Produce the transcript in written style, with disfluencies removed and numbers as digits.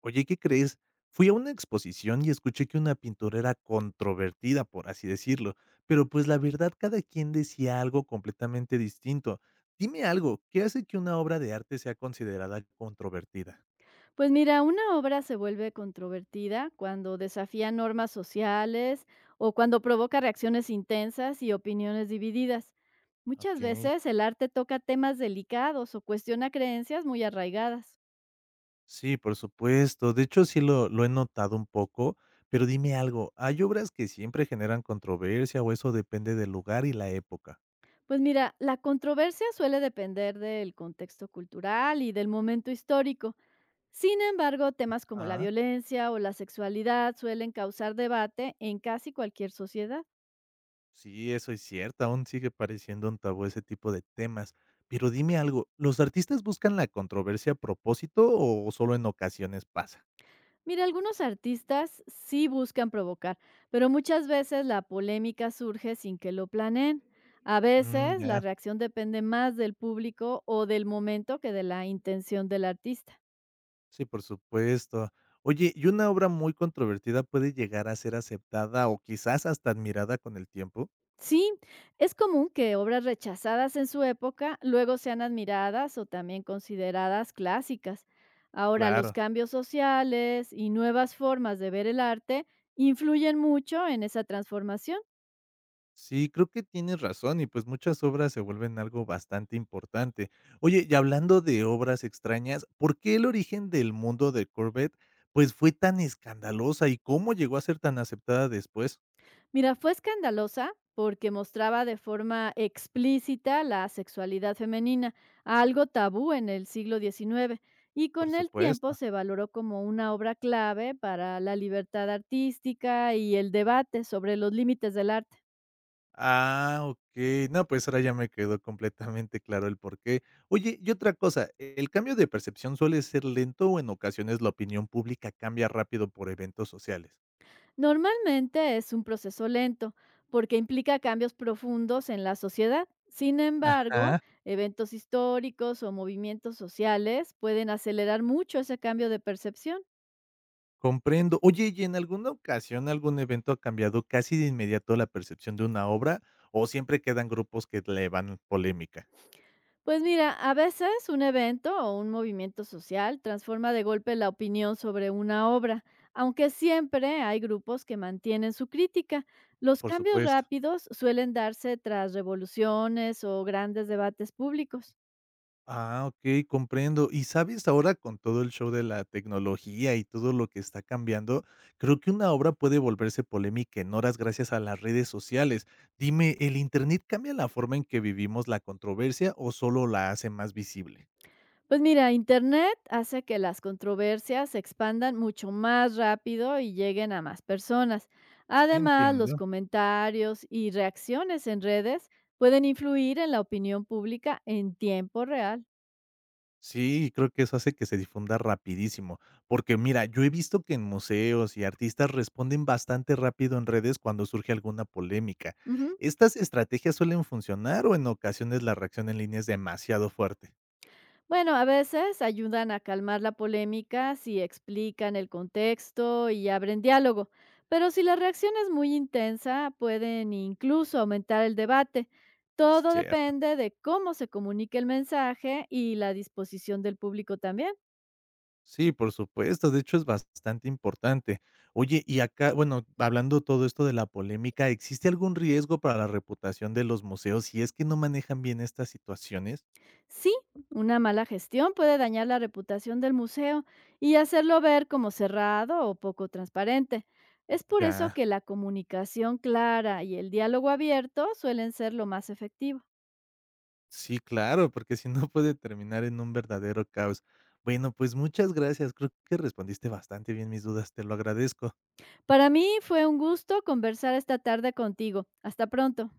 Oye, ¿qué crees? Fui a una exposición y escuché que una pintora era controvertida, por así decirlo, pero pues la verdad cada quien decía algo completamente distinto. Dime algo, ¿qué hace que una obra de arte sea considerada controvertida? Pues mira, una obra se vuelve controvertida cuando desafía normas sociales o cuando provoca reacciones intensas y opiniones divididas. Ok, Muchas veces el arte toca temas delicados o cuestiona creencias muy arraigadas. sí, por supuesto. De hecho, sí lo he notado un poco, pero dime algo, ¿hay obras que siempre generan controversia o eso depende del lugar y la época? Pues mira, la controversia suele depender del contexto cultural y del momento histórico. Sin embargo, temas como la Ah. violencia o la sexualidad suelen causar debate en casi cualquier sociedad. Sí, eso es cierto, aún sigue pareciendo un tabú ese tipo de temas. Pero dime algo, ¿los artistas buscan la controversia a propósito o solo en ocasiones pasa? Mira, algunos artistas sí buscan provocar, pero muchas veces la polémica surge sin que lo planeen. A Mm, veces la ya, reacción depende más del público o del momento que de la intención del artista. sí, por supuesto. Oye, ¿y una obra muy controvertida puede llegar a ser aceptada o quizás hasta admirada con el tiempo? Sí, es común que obras rechazadas en su época luego sean admiradas o también consideradas clásicas. Ahora, los Claro. cambios sociales y nuevas formas de ver el arte influyen mucho en esa transformación. Sí, creo que tienes razón y pues muchas obras se vuelven algo bastante importante. Oye, y hablando de obras extrañas, ¿por qué el origen del mundo de Corbett pues fue tan escandalosa y cómo llegó a ser tan aceptada después? Mira, fue escandalosa porque mostraba de forma explícita la sexualidad femenina, algo tabú en el siglo XIX, y Por con el supuesto. tiempo se valoró como una obra clave para la libertad artística y el debate sobre los límites del arte. Ah, ok. No, pues ahora ya me quedó completamente claro el porqué. Oye, y otra cosa, ¿el cambio de percepción suele ser lento o en ocasiones la opinión pública cambia rápido por eventos sociales? Normalmente es un proceso lento porque implica cambios profundos en la sociedad. Sin embargo, Ajá. eventos históricos o movimientos sociales pueden acelerar mucho ese cambio de percepción. Comprendo. Oye, ¿y en alguna ocasión algún evento ha cambiado casi de inmediato la percepción de una obra o siempre quedan grupos que le van polémica? Pues mira, a veces un evento o un movimiento social transforma de golpe la opinión sobre una obra, aunque siempre hay grupos que mantienen su crítica. Los Por cambios supuesto. rápidos suelen darse tras revoluciones o grandes debates públicos. Ah, ok, comprendo. Y sabes, ahora con todo el show de la tecnología y todo lo que está cambiando, creo que una obra puede volverse polémica en horas gracias a las redes sociales. Dime, ¿el Internet cambia la forma en que vivimos la controversia o solo la hace más visible? Pues mira, Internet hace que las controversias se expandan mucho más rápido y lleguen a más personas. Además, los Entiendo. comentarios y reacciones en redes pueden influir en la opinión pública en tiempo real. Sí, creo que eso hace que se difunda rapidísimo, porque mira, yo he visto que en museos y artistas responden bastante rápido en redes cuando surge alguna polémica. Ujú. ¿Estas estrategias suelen funcionar o en ocasiones la reacción en línea es demasiado fuerte? Bueno, a veces ayudan a calmar la polémica si explican el contexto y abren diálogo, pero si la reacción es muy intensa, pueden incluso aumentar el debate. Todo Cierto. depende de cómo se comunique el mensaje y la disposición del público también. Sí, por supuesto, de hecho es bastante importante. Oye, y acá, bueno, hablando todo esto de la polémica, ¿existe algún riesgo para la reputación de los museos si es que no manejan bien estas situaciones? Sí, una mala gestión puede dañar la reputación del museo y hacerlo ver como cerrado o poco transparente. Es por eso Ya. que la comunicación clara y el diálogo abierto suelen ser lo más efectivo. Sí, claro, porque si no puede terminar en un verdadero caos. Bueno, pues muchas gracias. Creo que respondiste bastante bien mis dudas. Te lo agradezco. Para mí fue un gusto conversar esta tarde contigo. Hasta pronto.